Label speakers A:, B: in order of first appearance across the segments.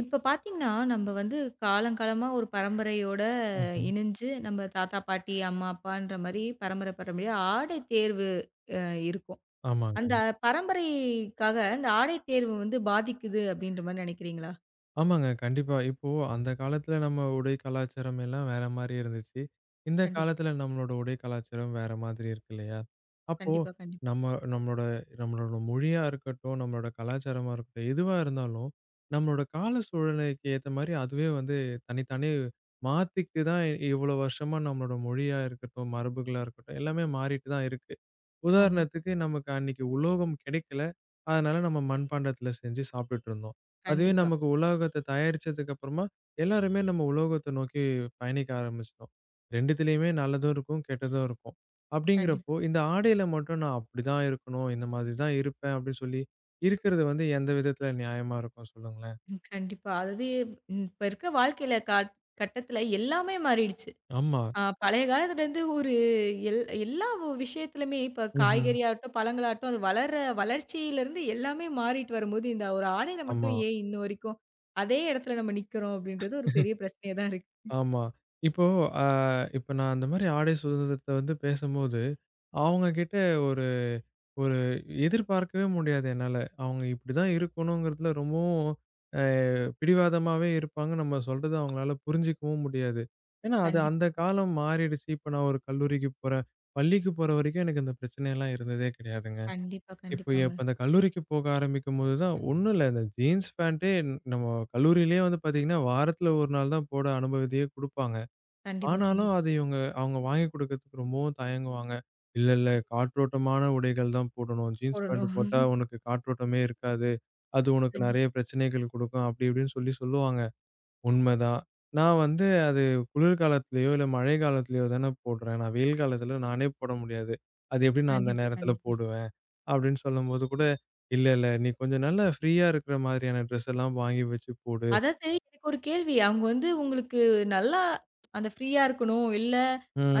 A: இப்ப பார்த்தீங்கன்னா, நம்ப வந்து காலங்காலமா ஒரு பரம்பரையோட
B: ம்ஹ்ம்.
A: இணைஞ்சு, நம்ம தாத்தா, பாட்டி, அம்மா, அப்பான்ற மாரி பரம்பரை பரம்பரையா ஆடை தேர்வு அ இருக்கும். அந்த
B: ஆமாங்க.
A: பரம்பரைக்காக அந்த ஆடை தேர்வு வந்து பாதிக்குது அப்படின்ற மாரி நெனைக்கிறீங்களா?
B: ஆமாங்க. கண்டிப்பா. இப்போ அந்த காலத்துல நம்ம உடை கலாச்சாரம் எல்லாம் வேற மாரி இருந்துச்சு. இந்த
A: கண்டிப்பா,
B: காலத்துல நம்மளோட உடை கலாச்சாரம் வேற மாதிரி இருக்கு இல்லையா? அப்போ
A: கண்டிப்பா, கண்டிப்பா.
B: நம்ம நம்மளோட நம்மளோட மொழியா இருக்கட்டும், நம்மளோட கலாச்சாரமா இருக்கட்டும், எதுவா இருந்தாலும் நம்மளோட கால சூழ்நிலைக்கு ஏத்த மாரி அதுவே வந்து தனித்தானே மாத்திக்கிட்டு தான் இவ்வளோ வருஷமா நம்மளோட மொழியா இருக்கட்டும், மரபுகளா இருக்கட்டும் எல்லாமே மாறிட்டு தான் இருக்கு.
A: ஆமா.
B: உதாரணத்துக்கு, நமக்கு அன்னைக்கு உலோகம் கிடைக்கல. அதனால நம்ம மண்பாண்டத்துல செஞ்சு சாப்பிட்டுட்டு இருந்தோம். அதுவே
A: கண்டிப்பா,
B: நமக்கு உலோகத்த தயாரிச்சதுக்கு அப்புறமா, எல்லாருமே நம்ம உலோகத்த நோக்கி பயணிக்க ஆரம்பிச்சுட்டோம். 2த்துலயுமே நல்லதும் இருக்கும், கெட்டதும் இருக்கும்.
A: கண்டிப்பா,
B: அப்படிங்கிறப்போ, இந்த ஆடையில மட்டும் நான் அப்படிதான் இருக்கணும், இந்த மாதிரி தான் இருப்பேன் அப்படின்னு சொல்லி, இருக்கிறது வந்து எந்த விதத்துல நியாயமா இருக்கும் சொல்லுங்களேன்?
A: ம். கண்டிப்பா. அதாவது ம், இப்ப இருக்க வாழ்க்கையில கட்டத்துல எல்லாமே மாறிடுச்சு.
B: ஆமா.
A: ஆ பழைய காலத்துலேருந்து ஒரு எல் எல்லா விஷயத்துலயுமே இப்ப
B: ம்ஹ்ம்.
A: காய்கறியாகட்டும், பழங்களாகட்டும், அது வளர்ற வளர்ச்சியிலேருந்து எல்லாமே மாறிட்டு வரும்போது, இந்த ஒரு ஆடையில
B: ஆமா.
A: மட்டும் ஏன் இன்ன வரைக்கும் அதே இடத்துல நம்ம நிக்கிறோம் அப்படின்றது ஒரு பெரிய பிரச்சனையா தான் இருக்கு.
B: ஆமா. இப்போ அ இப்ப நான் அந்த மாரி ஆடை சுதந்திரத்த வந்து பேசும்போது, அவங்க கிட்ட ஒரு ஒரு எதிர்பார்க்கவே முடியாது என்னால. அவங்க இப்படிதான் இருக்கணுங்கிறதுல ரொம்பவும் அ பிடிவாதமாவே இருப்பாங்க. நம்ம சொல்றத அவங்களால புரிஞ்சுக்கவும் முடியாது. ஏன்னா, அது அந்த
A: கண்டிப்பா,
B: காலம் மாறிடுச்சு. இப்ப நான் ஒரு கல்லூரிக்கு போறேன். பள்ளிக்கு போற வரைக்கும் எனக்கு இந்த பிரச்சனையெல்லாம் இருந்ததே கிடையாதுங்க.
A: கண்டிப்பா,
B: இப்போ
A: கண்டிப்பாங்க.
B: இப்ப அந்த கல்லூரிக்கு போக ஆரம்பிக்கும்போது தான் ஒண்ணும் இல்ல. இந்த ஜீன்ஸ் பேண்டே நம்ம கல்லூரியிலேயே வந்து பார்த்தீங்கன்னா, வாரத்துல ஒரு நாள் தான் போட அனுமதியே குடுப்பாங்க.
A: கண்டிப்பா,
B: ஆனாலும்
A: கண்டிப்பா.
B: அது இவங்க அவங்க வாங்கி குடுக்கறதுக்கு ரொம்பவும் தயங்குவாங்க. "இல்ல, இல்ல காற்றோட்டமான உடைகள் தான் போடணும். ஜீன்ஸ் பேண்ட்
A: போடணும்.
B: போட்டா உனக்கு காற்றோட்டமே இருக்காது. அது உனக்கு நெறைய
A: கண்டிப்பா,
B: பிரச்சனைகள் குடுக்கும்." அப்படி இப்படின்னு சொல்லி சொல்லுவாங்க. உண்மதான். நான் வந்து அது குளிர்காலத்திலயோ, இல்ல மழை காலத்திலயோ தானே போடுறேன். நான் வெயில் காலத்தில நானே போட முடியாது. அது எப்படி நான் அந்த
A: கண்டிப்பா,
B: நேரத்தில
A: கண்டிப்பா.
B: போடுவேன்? அப்படின்னு சொல்லும்போது கூட, "இல்ல, இல்ல நீ கொஞ்சம் நல்லா ஃப்ரீயா இருக்கிற மாதிரியான ட்ரெஸ் எல்லாம் வாங்கி வச்சு போடு."
A: அதாவது எனக்கு ஒரு கேள்வி. அவங்க வந்து உங்களுக்கு நல்லா அந்த ஃப்ரீயா இருக்கணும். இல்ல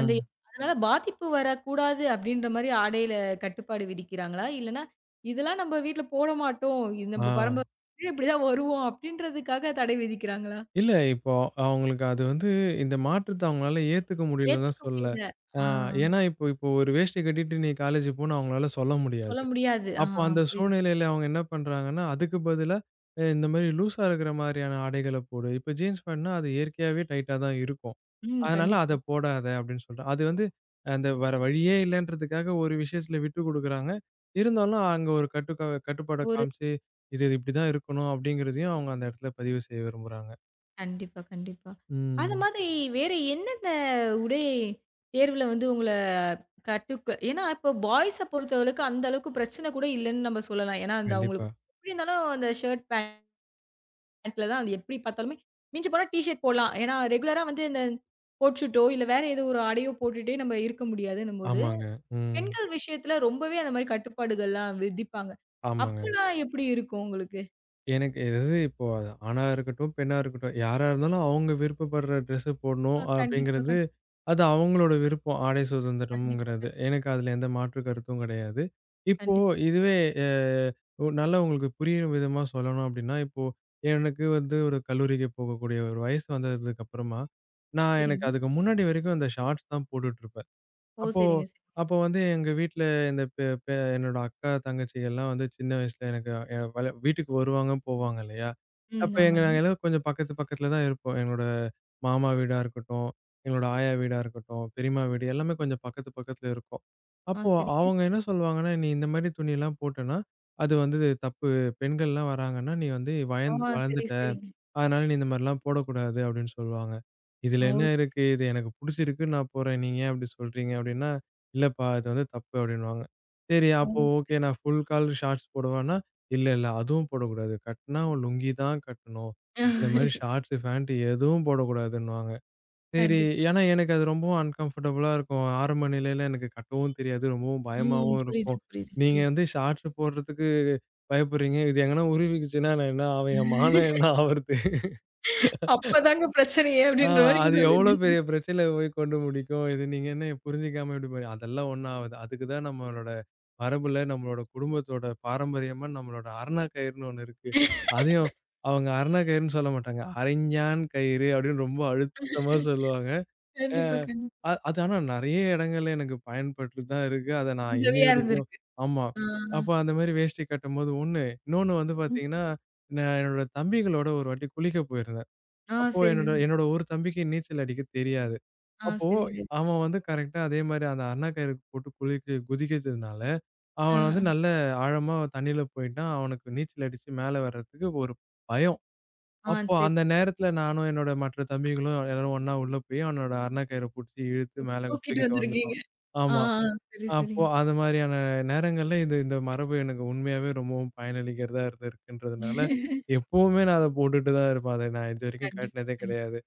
A: அந்த அதனால பாதிப்பு வரக்கூடாது அப்படின்ற மாரி ஆடையில கட்டுப்பாடு விதிக்கிறாங்களா? இல்லன்னா, இதெல்லாம் நம்ம வீட்ல போட மாட்டோம். இது
B: ஆ.
A: நம்ம பரம்பரையிலே இப்படிதான் வருவோம் அப்படின்றதுக்காக தடை விதிக்கிறாங்களா?
B: இல்ல இப்போ அவங்களுக்கு அது வந்து இந்த மாற்றத்த அவங்களால ஏத்துக்க முடியலன்னு
A: ஏத்துக்க
B: தான் சொல்லல.
A: முடியல. ஆ
B: ஆ ஏன்னா இப்போ இப்போ ஒரு வேஷ்டி கட்டிட்டு நீ காலேஜ் போன்னு அவங்களால சொல்ல
A: சொல்ல
B: முடியாது.
A: முடியாது. ஆ
B: அப்போ அந்த
A: புரியுது. புரியுது.
B: சூழ்நிலையில அவங்க என்ன பண்றாங்கன்னா, அதுக்கு பதிலா இந்த மாரி லூஸா இருக்கிற மாரியான ஆடைகள போடு. இப்ப ஜீன்ஸ் பேண்ட்னா அது இயற்கையாவே டைட்டா தான் இருக்கும்.
A: ம்
B: அதனால அத
A: கண்டிப்பா.
B: போடாத அப்படின்னு சொல்றேன். அது வந்து அந்த வேற வழியே இல்லன்றதுக்காக ஒரு விஷயத்துல விட்டு குடுக்குறாங்க. இருந்தாலும் அங்க ஒரு கட்டுப்பாட
A: ஒரு
B: காமிச்சு, இது இது இப்படிதான் இருக்கணும் அப்படிங்கிறதையும் அவங்க அந்த இடத்துல பதிவு செய்ய விரும்புறாங்க.
A: கண்டிப்பா, கண்டிப்பா. அது
B: ம்.
A: மாதிரி வேற எந்தெந்த உடை தேர்வுல வந்து உங்கள கட்டுக்கு ஏன்னா இப்போ பாய்ஸ பொறுத்தவரைக்கும் அந்த அளவுக்கு பிரச்சனை கூட இல்லன்னு நம்ம சொல்லலாம். ஏன்னா அந்த
B: கண்டிப்பா.
A: அவங்களுக்கு எப்படி இருந்தாலும் அந்த ஷர்ட், பேண்ட்ல தான் அது எப்படி பார்த்தாலுமே மிஞ்சி போனா டீ ஷர்ட் போடலாம். ஏன்னா ரெகுலரா வந்து இந்த கோட் ஷூட்டோ இல்ல வேற ஏதோ ஒரு ஆடையோ போட்டுட்டே நம்ம இருக்க முடியாதுன்னும்போது,
B: ஆமாங்க. ம்.
A: பெண்கள் விஷயத்துல ரொம்பவே அந்த மாரி கட்டுப்பாடுகள்லாம் விதிப்பாங்க.
B: ஆமாங்க.
A: அப்பலாம் எப்படி இருக்கும் உங்களுக்கு?
B: எனக்கு எது இப்போ அது ஆணா இருக்கட்டும், பெண்ணா இருக்கட்டும், யாரா இருந்தாலும் அவங்க விருப்பப்படுற ட்ரெஸ்ஸு போடணும்
A: கண்டிப்பா,
B: அப்படிங்கிறது, அது அவங்களோட விருப்பம். ஆடை
A: கண்டிப்பா,
B: சுதந்திரம்ங்கிறது.
A: கண்டிப்பா,
B: எனக்கு அதுல எந்த மாற்று கருத்தும் கிடையாது. இப்போ
A: கண்டிப்பா.
B: இதுவே அ ஒ நல்லா உங்களுக்கு புரியிற விதமா சொல்லணும் அப்படின்னா, இப்போ எனக்கு வந்து ஒரு கல்லூரிக்கு போகக்கூடிய ஒரு வயசு வந்ததுக்கு அப்புறமா, நான் எனக்கு
A: சரிங்க.
B: அதுக்கு முன்னாடி வரைக்கும் அந்த ஷார்ட்ஸ் தான் போட்டுட்டுருப்பேன்.
A: ஓ!
B: அப்போ
A: சரிங்க, சரிங்க.
B: அப்போ வந்து எங்க வீட்ல இந்த பெ பெ என்னோட அக்கா, தங்கச்சி எல்லாம் வந்து சின்ன வயசுல எனக்கு எ வல வீட்டுக்கு வருவாங்க, போவாங்க இல்லையா?
A: ம்.
B: அப்ப
A: ஆமா.
B: எங்க நாங்க எல்லாரும் கொஞ்சம் பக்கத்து பக்கத்துல தான் இருப்போம். என்னோட மாமா வீடா இருக்கட்டும், எங்களோட ஆயா வீடா இருக்கட்டும், பெரியம்மா வீடு எல்லாமே கொஞ்சம் பக்கத்து பக்கத்துல இருக்கும்.
A: ஆ,
B: அப்போ
A: சரிங்க.
B: அவங்க என்ன சொல்லுவாங்கன்னா, "நீ இந்த மாரி துணிலாம் போட்டன்னா, அது வந்து தப்பு. பெண்கள்லாம் வராங்கன்னா, நீ வந்து
A: ஆ, சரி,
B: வளர்ந்துட்ட.
A: சரிங்க.
B: அதனால நீ இந்த மாரிலாம் போடக்கூடாது" அப்படின்னு சொல்லுவாங்க. இதுல
A: ஓ!
B: என்ன
A: சரி,
B: இருக்கு? இது எனக்கு புடிச்சிருக்கு. நான் போறேன். நீங்க ஏன் அப்படி சொல்றீங்க? அப்படின்னா, "இல்லப்பா இது வந்து தப்பு" அப்படின்னுவாங்க. சரி
A: ஓ!
B: அப்போ ஓகே. நான் ஃபுல் கால் ஷார்ட்ஸ் போடவான்னா, "இல்ல, இல்ல அதுவும் போடக்கூடாது. கட்டுனா லுங்கி தான் கட்டணும். இந்த மாரி ஷார்ட்ஸ், ஃபேண்ட் எதுவும் போடக்கூடாதுன்னுவாங்க." சரி.
A: கண்டிப்பா.
B: ஏன்னா எனக்கு அது ரொம்பவும் அன்கம்ஃபர்டபுளா இருக்கும். ஆரம்ப நிலையில எனக்கு கட்டவும் தெரியாது. ரொம்பவும்
A: ம்.
B: பயமாவும்
A: புரியுது,
B: இருக்கும்.
A: புரியுது,
B: நீங்க
A: புரியுது.
B: வந்து ஷார்ட்ஸ் போடுறதுக்கு பயப்படுறீங்க. இது எங்கனா உருவிக்கிச்சுன்னா நான் என்ன ஆவேன்? என் மானம் என்ன ஆவறது?
A: அப்பதாங்க பிரச்சனையே
B: ஆ
A: அப்படின்ற மாரி நீங்க
B: அது எவ்வளோ
A: சொல்லுங்க.
B: பெரிய பிரச்சனையில போய் கொண்டு முடிக்கும். இது நீங்க என்ன புரிஞ்சுக்காம இப்டி போறீங்க. அதெல்லாம் ஒண்ணும் ஆவாது. அதுக்கு தான் நம்மளோட மரபுல, நம்மளோட குடும்பத்தோட பாரம்பரியமா நம்மளோட அரணா கயிறுன்னு ஒண்ணு இருக்கு. அதையும் அவங்க அரணா கயிறுன்னு சொல்ல மாட்டாங்க. "அரைஞாண் கயிறு" அப்டின்னு ரொம்ப அழுத்தமா சொல்லுவாங்க.
A: கண்டிப்பா,
B: அஹ்
A: கண்டிப்பா.
B: அ அது ஆனா நெறைய இடங்கள்ல எனக்கு பயன்பட்டு தான் இருக்கு. அத நான் இன்னி
A: உதவியா
B: வரைக்கும்
A: இருந்திருக்கு.
B: ஆமா.
A: ஆ,
B: அப்ப அந்த மாரி வேஷ்டி கட்டும்போது ஒண்ணு. இன்னொன்னு வந்து
A: ம்.
B: பார்த்தீங்கன்னா, நான் என்னோட தம்பிகளோட ஒரு வாட்டி குளிக்க போயிருந்தேன்.
A: ஆ,
B: அப்போ
A: சரிங்க,
B: என்னோட
A: சரி.
B: என்னோட ஒரு தம்பிக்கு நீச்சல் அடிக்க தெரியாது.
A: ஆ,
B: அப்போ
A: சரி, சரி.
B: அவன் வந்து கரெக்ட்டா அதே மாரி அந்த அண்ணா கயிறுக்கு போட்டு குளிக்க குதிக்கிறதுனால,
A: ஆ,
B: அவன் வந்து
A: ஆ,
B: நல்ல ஆழமா தண்ணீல போயிட்டான். அவனுக்கு நீச்சல் அடிச்சு மேல வர்றதுக்கு ஒரு பயம்.
A: ஆ,
B: அப்போ
A: சரி.
B: அந்த நேரத்துல நானும் என்னோட மற்ற தம்பிகளும் எல்லாரும் ஒண்ணா உள்ள போய் அவனோட அண்ணா கயிற புடிச்சு இழுத்து மேல
A: தூக்கிட்டு
B: தூக்கிட்டு
A: வந்திருக்கீங்க.
B: வந்துட்டோம்.
A: ஆ,
B: ஆமா.
A: ஆ, சரி,
B: அப்போ
A: சரிங்க.
B: அது மாரியான நேரங்கள்ல இது இந்த மரபு எனக்கு உண்மையாவே ரொம்பவும் பயனளிக்கிறதா இருந்திருக்குன்றதுனால, எப்பவுமே நான் அத போட்டுட்டு தான் இருப்பேன். அத நான் இதுவரைக்கும்
A: கண்டிப்பா,
B: கழட்டுனதே கிடையாது.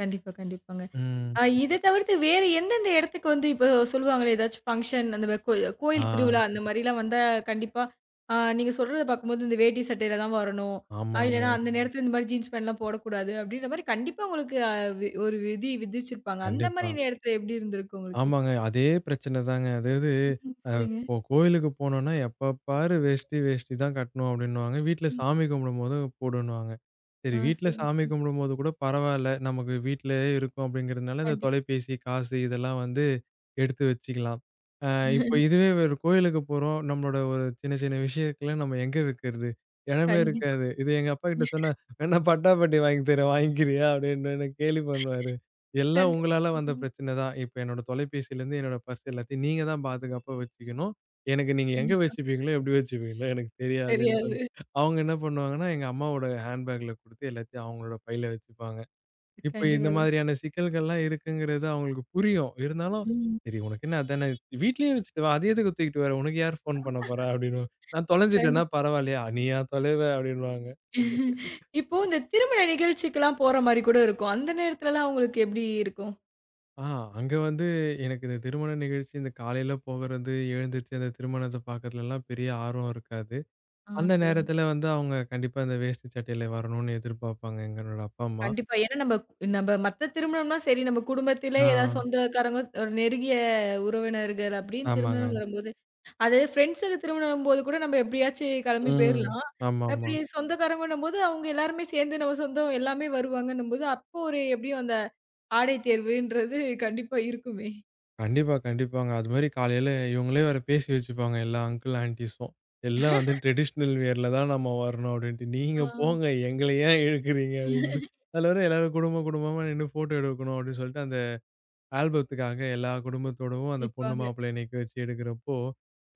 A: கண்டிப்பா, கண்டிப்பாங்க.
B: ம்.
A: இத தவிர்த்து வேற எந்தெந்த இடத்துக்கு வந்து இப்போ சொல்லுவாங்களே ஏதாச்சும் ஃபங்ஷன் அந்த மாரி
B: ஆ.
A: கோயில் திருவிழா அந்த மாரிலாம் வந்தா கண்டிப்பா, நீங்க சொல்றத பார்க்கும்போது இந்த வேட்டி சட்டையில தான் வரணும்.
B: ஆமாங்க.
A: இல்லன்னா அந்த நேரத்துல இந்த மாரி ஜீன்ஸ் பேண்ட்லாம் போடக்கூடாது அப்படின்ற மாரி கண்டிப்பா உங்களுக்கு ஒரு விதி விதிச்சிருப்பாங்க. அந்த
B: கண்டிப்பா.
A: மாரி நேரத்துல எப்படி இருந்திருக்கு உங்களுக்கு?
B: ஆமாங்க. அதே பிரச்சனை தாங்க. அதாவது,
A: ம். சரிங்க.
B: இப்போ கோயிலுக்கு போனோம்னா, எப்ப பாரு வேஷ்டி, வேஷ்டி தான் கட்டணும் அப்டின்னுவாங்க. வீட்ல சாமி கும்பிடும்போது போடுன்னுவாங்க.
A: ஆ
B: சரி வீட்ல சாமி
A: சரிங்க.
B: கும்பிடும்போது கூட பரவால்ல. நமக்கு வீட்லயே இருக்கோம் அப்டிங்கிறதுனால, இந்த
A: கண்டிப்பா.
B: தொலைபேசி, காசு இதெல்லாம் வந்து எடுத்து வச்சுக்கலாம். அ இப்போ இதுவே ஒரு கோயிலுக்கு போறோம். நம்மளோட ஒரு சின்ன, சின்ன விஷயத்துல நம்ம எங்க வைக்கிறது? இடமே
A: கண்டிப்பா.
B: இருக்காது. இது எங்க அப்பாகிட்ட சொன்னா, "வேணா பட்டாப்பட்டி வாங்கி தரேன் வாங்கிக்கிறியா?" அப்டின்னு என்ன கேலி பண்ணுவாரு. எல்லாம்
A: கண்டிப்பா.
B: உங்களால வந்த பிரச்சனை தான். இப்ப என்னோட தொலைபேசிலேருந்து என்னோட பர்ஸ் எல்லாத்தையும் நீங்க தான் பாதுகாப்பா வச்சுக்கணும். எனக்கு நீங்க எங்க
A: கண்டிப்பா.
B: வச்சுப்பீங்களோ, எப்படி வச்சுப்பீங்களோ எனக்கு தெரியாதுன்னு சொன்
A: தெரியாது.
B: அவங்க என்ன பண்ணுவாங்கன்னா, எங்க அம்மாவோட ஹேண்ட் பேக்ல குடுத்து எல்லாத்தையும் அவங்களோட பையில வச்சுப்பாங்க. இப்ப இந்த
A: கண்டிப்பாங்க.
B: மாதிரியான சிக்கல்கள்லாம் இருக்குங்கிறது அவங்களுக்கு புரியும். இருந்தாலும்,
A: ம்.
B: "சரி உனக்கு என்ன அதானே வீட்லயே வச்சுட்டு வா. அது எதுக்கு தூக்கிட்டு வர? உனக்கு யார் ஃபோன் பண்ண போறா?" அப்படின்னுவேன். நான் தொலைஞ்சுட்டேன்னா
A: கண்டிப்பா.
B: பரவாயில்லையா? நீயா தொலைவ அப்படின்னுவாங்க.
A: இப்போ இந்த திருமண நிகழ்ச்சிக்குலாம் போற மாரி கூட இருக்கும். அந்த நேரத்துலலாம் உங்களுக்கு எப்படி இருக்கும்?
B: ஆ அங்க வந்து எனக்கு இந்த திருமண நிகழ்ச்சி இந்த காலையில போகுறது, எழுந்துருச்சு அந்த திருமணத்த பார்க்கறதுலலாம் பெரிய ஆர்வம் இருக்காது.
A: ஆ
B: அந்த
A: சரிங்க.
B: நேரத்துல வந்து அவங்க கண்டிப்பா இந்த வேஷ்டி சட்டையில வரணும்னு எதிர்பார்ப்பாங்க எங்களோட அப்பா, அம்மா.
A: கண்டிப்பா. ஏன்னா நம்ம நம்ம மத்த திருமணம்னா சரி, நம்ம குடும்பத்திலே
B: ஆ,
A: ஏதாவது சொந்தக்காரங்க, ஒரு நெருங்கிய உறவினர்கள் அப்படின்னு திருமணம்
B: ஆமாங்க.
A: வரும்போது, அது ஃப்ரெண்ட்ஸுக்கு திருமணம்போது கூட நம்ம எப்படியாச்சும் கிளம்பி
B: ம்.
A: போயிரலாம்.
B: ஆமாமா.
A: அப்படி சொந்தக்காரங்கன்னும்போது அவங்க எல்லாருமே சேர்ந்து நம்ம சொந்தம் எல்லாமே வருவாங்கன்னும்போது, அப்போ ஒரு எப்படியும் அந்த ஆடை தேர்வுன்றது கண்டிப்பா இருக்குமே.
B: கண்டிப்பா, கண்டிப்பாங்க. அது மாரி காலையில இவங்களே வேற பேசி வச்சுப்பாங்க எல்லா அங்கிள், ஆன்டீஸும். எல்லாம் வந்து ட்ரெடிஷ்னல் வியர்ல தான் நம்ம வரணும் அப்படின்ட்டு. நீங்க
A: ஆ.
B: போங்க எங்கள ஏன் இழுக்குறீங்க அப்படின்னு. அதுல வேற எல்லாரும் குடும்ப குடும்பமா நின்னு ஃபோட்டோ எடுக்கணும் அப்படின்னு சொல்லிட்டு அந்த ஆல்பத்துக்காக எல்லா குடும்பத்தோடவும் அந்த பொண்ணு
A: கண்டிப்பாங்க.
B: மாப்பிள்ளைய நிக்க வச்சு எடுக்கிறப்போ,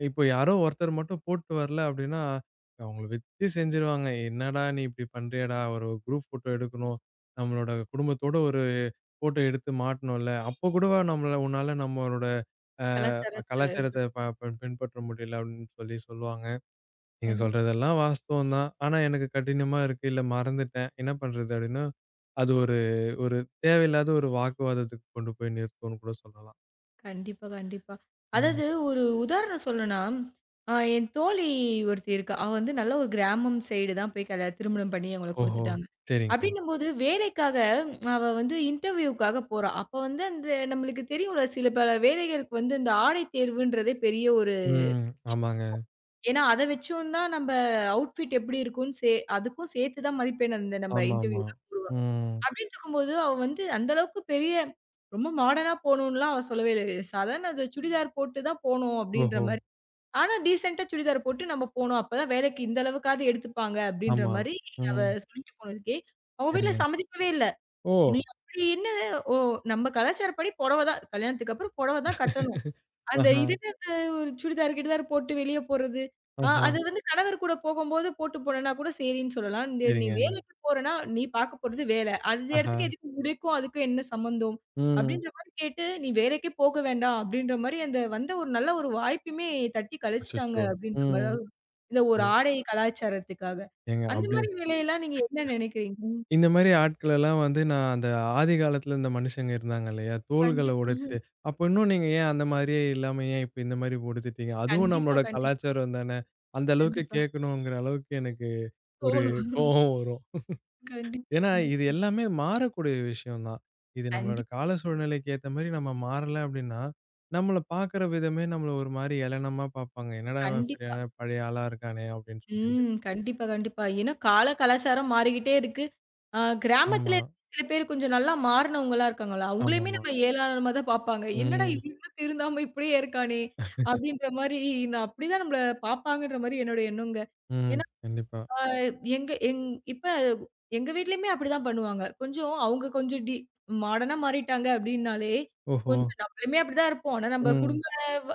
B: இப்போ யாரோ ஒருத்தர் மட்டும் போட்டு வரல அப்படின்னா, அவங்கள வச்சு செஞ்சுருவாங்க. "என்னடா நீ இப்படி பண்றியேடா? ஒரு குரூப் ஃபோட்டோ எடுக்கணும். நம்மளோட குடும்பத்தோட ஒரு ஃபோட்டோ எடுத்து மாட்டணும்ல. அப்போ கூடவா நம்மள உன்னால நம்மளோட அ
A: கலாச்சாரத்த பத்தி
B: கலாச்சாரத்த ப ப- பின்பற்ற முடியல" அப்படின்னு சொல்லி சொல்லுவாங்க. நீங்க
A: கண்டிப்பா.
B: சொல்றதெல்லாம் வாஸ்தவம் தான். ஆனா, எனக்கு கடினமா இருக்கு. இல்ல மறந்துட்டேன். என்ன பண்றது? அப்டின்னா, அது ஒரு ஒரு தேவையில்லாத ஒரு வாக்குவாதத்துக்கு கொண்டு போய் நிறுத்தும்னு கூட சொல்லலாம்.
A: கண்டிப்பா, கண்டிப்பா.
B: ம்.
A: அதாவது ஒரு உதாரணம் சொல்லணும்னா, என் தோழி ஒருத்தி இருக்கா. அவ வந்து நல்ல ஒரு கிராமம் சைடு தான் போய் திருமணம் பண்ணி அவங்கள
B: ஓஹோ!
A: குடுத்துட்டாங்க.
B: சரிங்க.
A: அப்டின்னும்போது வேலைக்காக ம், அவ வந்து இன்டர்வியூக்காக போறா. அப்ப வந்து அந்த நம்மளுக்கு தெரியும்ல சில பல வேலைகளுக்கு வந்து இந்த ஆடை தேர்வுன்றதே பெரிய ஒரு
B: ம். ஆமாங்க.
A: ஏன்னா அத வச்சும் தான் நம்ப அவுட்ஃபிட் எப்டி இருக்கும்னு சே அதுக்கும் சேர்த்து தான் மதிப்பெண் அந்த நம்ம
B: ஆமாமா.
A: இன்டர்வியூலாம் போடுவாங்க.
B: ம்.
A: அப்டின்ட்டு இருக்கும்போது, அவ வந்து அந்த அளவுக்கு பெரிய ரொம்ப மாடர்னா போணும்லாம் அவ சொல்லவே இல்ல. சாதாரண அது சுடிதார் போட்டு தான் போணும் அப்டின்ற
B: ஓஹோ!
A: மாரி. ஆனா டீசென்ட்டா சுடிதார் போட்டு நம்ம போணும். அப்பதான் வேலைக்கு இந்த அளவுக்காவது எடுத்துப்பாங்க அப்டின்ற
B: ஆமா.
A: மாரி அவ
B: ம்.
A: சொல்லிட்டு போனதுக்கே, அவங்க வீட்ல
B: சரிங்க.
A: சம்மதிக்கவே இல்ல.
B: ஓ!
A: நீ அப்டி என்ன ஓ நம்ம கலாச்சாரப்படி புடவ தான் கல்யாணத்துக்கு அப்புறம் புடவ தான் கட்டணும். அந்த
B: ஆஹா,
A: இதுல அந்த ஒரு சுடிதார் கிடிதார் போட்டு வெளிய போறது. ஆ
B: ஆஹா.
A: அது வந்து கணவர் கூட போகும்போது போட்டு போனேன்னா கூட சரின்னு சொல்லலாம். இந்த நீ
B: சரிங்க.
A: வேலைக்கு போறன்னா, நீ பாக்க போறது வேலை. அந்த
B: ஆஹா.
A: இடத்துக்கு எதுக்கு முடிக்கும் அதுக்கும் என்ன சம்மந்தம்?
B: ம்.
A: அப்படின்ற மாரி கேட்டு, நீ வேலைக்கே போக வேண்டாம் அப்படின்ற மாரி அந்த வந்த ஒரு நல்ல ஒரு வாய்ப்புமே தட்டி கழிச்சுட்டாங்க
B: அச்சச்சோ!
A: அப்படின்ற மாரி
B: ம்.
A: தான். இந்த ஒரு ஆடை கலாச்சாரத்துக்காக.
B: ஏங்க
A: அந்த
B: அப்டி
A: மாரி நிலையெல்லாம் நீங்க என்ன நினைக்கிறீங்க? ம்.
B: இந்த மாரி ஆட்கள் எல்லாம் வந்து நான் அந்த ஆதி காலத்துல இந்த மனுஷங்க இருந்தாங்க இல்லையா? தோள்கள
A: கண்டிப்பாங்க.
B: உடைத்துட்டு, அப்ப இன்னும் நீங்க ஏன் அந்த மாரியே இல்லாம ஏன் இப்ப இந்த மாரி உடுத்திட்டீங்க? அதுவும்
A: கண்டிப்பா,
B: நம்மளோட
A: கண்டிப்பா,
B: கலாச்சாரம் தானே! அந்த அளவுக்கு
A: கண்டிப்பா.
B: கேட்கணுங்கிற அளவுக்கு எனக்கு ஒரு
A: தோணும்.
B: கோவம் வரும்.
A: கண்டிப்பா,
B: ஏன்னா, இது
A: கண்டிப்பா.
B: எல்லாமே மாறக்கூடிய விஷயம் தான். இது நம்மளோட
A: கண்டிப்
B: கால சூழ்நிலைக்கு ஏத்த மாரி நம்ம மாறல அப்டின்னா, நம்மள பார்க்குற விதமே நம்மள ஒரு மாரி ஏளனமா பார்ப்பாங்க. "என்னடா இவன்
A: கண்டிப்
B: பெரிய பழைய ஆளா இருக்கானே!" அப்டின்னு சொல்லிட்டு.
A: ம். கண்டிப்பா, கண்டிப்பா. ஏன்னா கால கலாச்சாரம் மாறிக்கிட்டே இருக்கு. அ கிராமத்துல
B: ஆமா.
A: சில பேர் கொஞ்சம் நல்லா மாறுனவங்களா இருக்காங்கல்ல, அவங்களையுமே
B: ஆமாமா.
A: நம்ம ஏளனமா தான் பார்ப்பாங்க. என்னடா
B: ம்.
A: இவன் இன்னும் திருந்தாம இப்படியே இருக்கானே! அப்படின்ற மாரி நான் அப்படிதான் நம்மள பார்ப்பாங்கன்ற மாரி என்னோட எண்ணங்க.
B: ம்.
A: ஏன்னா
B: கண்டிப்பா.
A: அ எங்க எங் இப்ப எங்க வீட்லயுமே அப்படிதான் பண்ணுவாங்க. கொஞ்சம் அவங்க கொஞ்சம் மாடர்னா மாறிட்டாங்க அப்படின்னாலே,
B: ஓஹோ!
A: கொஞ்சம் நம்மளுமே அப்படிதான் இருப்போம். ஆனா நம்ம
B: ம்.
A: குடும்ப வ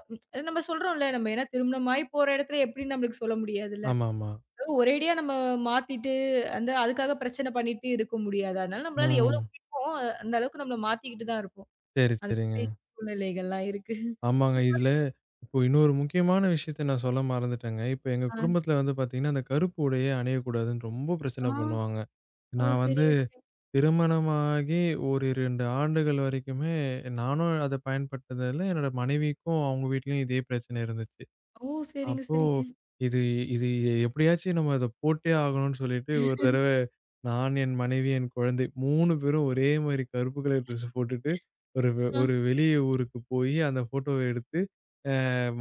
A: நம்ம சொல்றோம்ல, நம்ம ஏன்னா திருமணமாயி போற இடத்துல எப்படின்னு நம்மளுக்கு சொல்ல முடியாதுல்ல.
B: ஆமாமா.
A: ஒரேடியா நம்ம மாத்திட்டு, அந்த அதுக்காக பிரச்சனை பண்ணிட்டு இருக்க முடியாது. அதனால நம்மளால எவ்ளோ
B: ம்.
A: முடியுமோ, அ- அந்த அளவுக்கு நம்மள மாத்திக்கிட்டு தான் இருப்போம்.
B: சரி,
A: அந்த
B: சரிங்க.
A: மாரி சூழ்நிலைகள்லாம் இருக்கு.
B: ஆமாங்க. இதுல இப்போ இன்னொரு முக்கியமான விஷயத்த நான் சொல்ல மறந்துட்டேங்க. இப்ப எங்க
A: ஆ,
B: குடும்பத்துல வந்து பாத்தீங்கன்னா, அந்த கருப்பு உடையே அணியக்கூடாதுன்னு ரொம்ப
A: ஆ.
B: பிரச்சனை பண்ணுவாங்க.
A: ஓ!
B: நான் வந்து
A: சரிங்க, சரிங்க.
B: திருமணமாகி ஒரு 2 ஆண்டுகள் வரைக்குமே நானும் அத பயன்படுத்துனதில்ல. என்னோட மனைவிக்கும் அவங்க வீட்லயும் இதே பிரச்சனை இருந்துச்சு.
A: ஓ! சரிங்க,
B: அப்போ
A: சரிங்க.
B: இது இது எப்படியாச்சும் நம்ம அத போட்டே ஆகணும்னு சொல்லிட்டு ஒரு தடவ நான், என் மனைவி, என் குழந்தை 3 பேரும் ஒரே மாரி கருப்பு கலர் ட்ரெஸ் போட்டுட்டு ஒரு
A: ஆ.
B: ஒரு வெளிய ஊருக்கு போயி அந்த ஃபோட்டோவ எடுத்து அ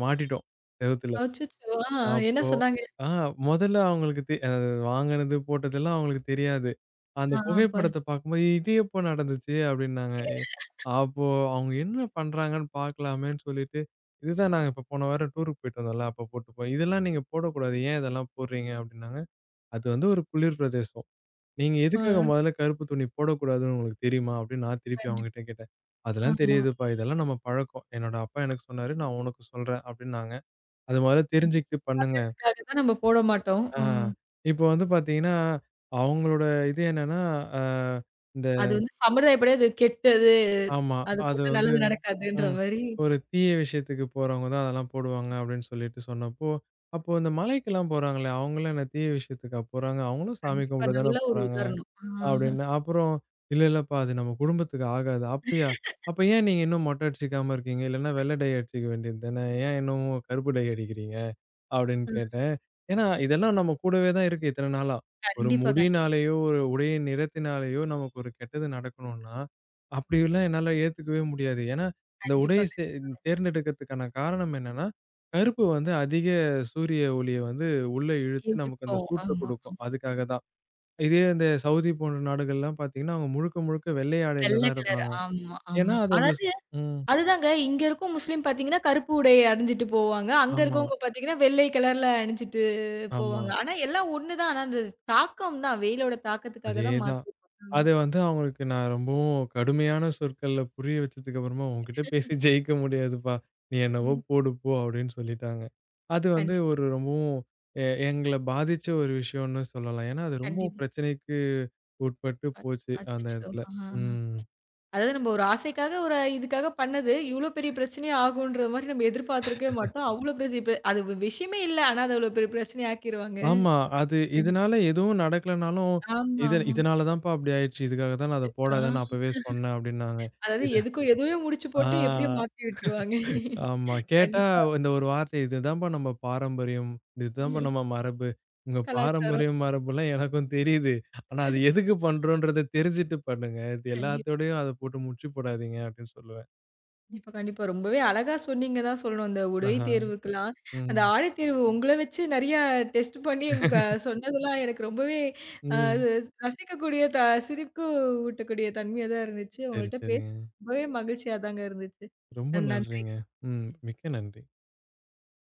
B: மாட்டிட்டோம் செவுத்துல.
A: அச்சச்சோ! ஆ என்ன
B: அப்போ
A: சொன்னாங்க?
B: ஆ மொதல்ல அவங்களுக்கு தெ அ வாங்குனது, போட்டதெல்லாம் அவங்களுக்கு தெரியாது. அந்த
A: ஆ அப்ப
B: புகைப்படத்த பார்க்கும்போது, "இது எப்போ நடந்துச்சு?" அப்படின்னாங்க. எ அப்போ அவங்க என்ன பண்றாங்கன்னு பார்க்கலாமேன்னு சொல்லிட்டு, "இதுதான் நாங்க இப்ப போன வாரம் டூருக்கு போயிட்டு வந்தோம்ல, அப்ப போட்டுப்போம். இதெல்லாம் நீங்க போடக்கூடாது. ஏன் இதெல்லாம் போடுறீங்க?" அப்படின்னாங்க. "அது வந்து ஒரு குளிர் பிரதேசம். நீங்க எதுக்காக
A: ஆ
B: மொதல்ல கருப்பு துணி போடக்கூடாதுன்னு உங்களுக்கு தெரியுமா?" அப்படின்னு நான் திருப்பி
A: கண்டிப்பா.
B: அவங்ககிட்ட கேட்டேன். "அதெல்லாம்
A: ஆமா.
B: தெரியுதுப்பா. இதெல்லாம் நம்ம பழக்கம். என்னோட அப்பா எனக்கு சொன்னாரு. நான் உனக்கு சொல்றேன்" அப்படின்னாங்க. அது மொதல்ல
A: வீண்
B: தெரிஞ்சுக்கிட்டு பண்ணுங்க.
A: ஆக்குறதுக்காக தான் நம்ம போட மாட்டோம்.
B: ஆ.
A: ம்.
B: இப்போ வந்து பார்த்தீங்கன்னா, அவங்களோட இது என்னன்னா, அ இந்த
A: அது வந்து சம்பிரதாயப்படி அது கெட்டது.
B: ஆமா.
A: அது
B: அது
A: போட்டா
B: வந்து
A: நல்லது நடக்காதுன்ற
B: ம்.
A: மாரி,
B: ஒரு தீய விஷயத்துக்கு போறவங்க தான் அதெல்லாம் போடுவாங்க அப்படின்னு சொல்லிட்டு சொன்னப்போ, அப்போ இந்த மலைக்கெல்லாம் போறாங்களே, அவங்கலாம் என்ன தீய விஷயத்துக்கா போறாங்க? அவங்களும் சாமி
A: கண்டிப்பா
B: கும்பிட தானே
A: நல்ல ஒரு
B: போறாங்க.
A: உதாரணம். ஆ.
B: அப்படின்னு. அப்புறம் இல்ல இல்லப்பா அது நம்ம குடும்பத்துக்கு ஆகாது. அப்படியா? அப்ப ஏன் நீங்க இன்னும் மொட்டை அடிச்சுக்காம இருக்கீங்க? இல்லன்னா வெள்ளை டை அடிச்சுக்க வேண்டியது தானே? ஏன் இன்னமும் கருப்பு டை அடிக்கிறீங்க? அப்படின்னு
A: ம்.
B: கேட்டேன். ஏன்னா, இதெல்லாம் நம்ம கூடவே தான் இருக்கு இத்தன நாளா. ஒரு
A: கண்டிப்பா, கண்டிப்பா,
B: முடியினாலேயோ, ஒரு உடையின் நிறத்தினாலேயோ நமக்கு ஒரு கெட்டது நடக்கணும்னா, அப்படிலாம் என்னால ஏத்துக்கவே முடியாது. ஏன்னா, இந்த உடைய
A: கண்டிப்பா.
B: சே தேர்ந்தெடுக்கிறதுக்கான காரணம் என்னன்னா, கருப்பு வந்து அதிக சூரிய ஒளிய வந்து உள்ள இழுத்து நமக்கு அந்த
A: இருக்கும்.
B: சூட்ட
A: ஆமா.
B: குடுக்கும். அதுக்காக தான். இதே இந்த சவுதி போன்ற நாடுகள்லாம் பார்த்தீங்கன்னா, அவங்க முழுக்க முழுக்க வெள்ளை ஆடையில
A: வெள்ள
B: தான்
A: கலர்.
B: இருப்பாங்க.
A: ஆமா, ஆமா.
B: ஏன்னா, அது அந்த ஸ்
A: அதாவது
B: ம்.
A: அதுதாங்க இங்க இருக்கும் முஸ்லீம் பார்த்தீங்கன்னா, கருப்பு உடை அணிஞ்சிட்டு போவாங்க. அங்க
B: ஆமா,
A: இருக்கவங்க பார்த்தீங்கன்னா, வெள்ளை கலர்ல அணிஞ்சிட்டு
B: ஆமா.
A: போவாங்க. ஆனா எல்லாம் ஒண்ணு தான். ஆனா அந்த தாக்கம் தான். வெயிலோட தாக்கத்துக்காக தான்
B: அதேதான்.
A: மாத்தி போட்டாங்க.
B: அது வந்து அவங்களுக்கு நான் ரொம்பவும் கடுமையான சொற்கள்ல புரிய வச்சதுக்கு அப்புறமா, "உன்கிட்ட பேசி ஜெயிக்க முடியாதுப்பா. நீ என்னவோ
A: ம்.
B: போடு போ" அப்படின்னு சொல்லிட்டாங்க. அது வந்து
A: கண்டிப்பா,
B: ஒரு ரொம்பவும் எங்கள பாதிச்ச ஒரு விஷயம்னு சொல்லலாம். ஏன்னா, அது ரொம்பவும்
A: கண்டிப்பா.
B: பிரச்சனைக்கு உட்பட்டு போச்சு அந்த
A: அச்சச்சோ!
B: இடத்துல.
A: ஆ.
B: ம்.
A: அதாவது நம்ம ஒரு ஆசைக்காக ஒரு இதுக்காக பண்ணது, இவ்ளோ பெரிய பிரச்சனையா ஆகுன்ற மாரி நம்ம எதிர்பார்த்திருக்கவே மாட்டோம். அவ்ளோ பெரிய அது விஷயமே இல்ல. ஆனா, அது அவ்ளோ பெரிய பிரச்சனைய ஆக்கிருவாங்க.
B: ஆமா. அது இதனால
A: கண்டிப்பா.
B: எதுவும் நடக்கலனாலும்,
A: ஆமா,
B: "இது
A: ஆமா.
B: இதனால தான்ப்பா அப்படி ஆயிடுச்சு. இதுக்காக தான் நான் அத
A: ஆ.
B: போடாதேன்னு அப்பவே சொன்னேன்" அப்படின்னாங்க.
A: அதாவது
B: இத
A: எதுக்கும் எதையோ முடிச்சு போட்டு எப்படியோ
B: ஆ.
A: மாத்தி விட்டுருவாங்க.
B: ஆமா. கேட்டா
A: கண்டிப்பா.
B: இந்த ஒரு வார்த்தை, "இதுதாம்பா நம்ம பாரம்பரியம். இதுதாம்பா நம்ம மரபு." உங்க
A: கலாச்சாரம்.
B: பாரம்பரியம், மரபுலாம் எனக்கும் தெரியுது. ஆனா அது எதுக்கு பண்றோன்றத தெரிஞ்சுட்டு பண்ணுங்க. இது
A: கண்டிப்பா,
B: எல்லாத்தோடயும் அத போட்டு முற்றி போடாதீங்க அப்படின்னு சொல்லுவேன்.
A: கண்டிப்பா, கண்டிப்பா. ரொம்பவே அழகா சொன்னீங்க தான் சொல்லணும். அந்த உடை
B: ஆஹா.
A: தேர்வுக்கெல்லாம்,
B: ம்.
A: அந்த ஆடை தேர்வு உங்கள வச்சு நெறையா டெஸ்ட் பண்ணி உங்க சொன்னதெல்லாம் எனக்கு ரொம்பவே
B: ம்.
A: அது ரசிக்கக்கூடிய சிரிப்பு ஊட்டக்கூடிய தன்மையா தான் இருந்துச்சு.
B: சரி,
A: உங்கள்ட்ட பேச
B: சரிங்க.
A: ரொம்பவே மகிழ்ச்சியா தாங்க இருந்துச்சு.
B: ரொம்ப நன்றிங்க.
A: நன்றி.
B: ம். மிக்க நன்றி.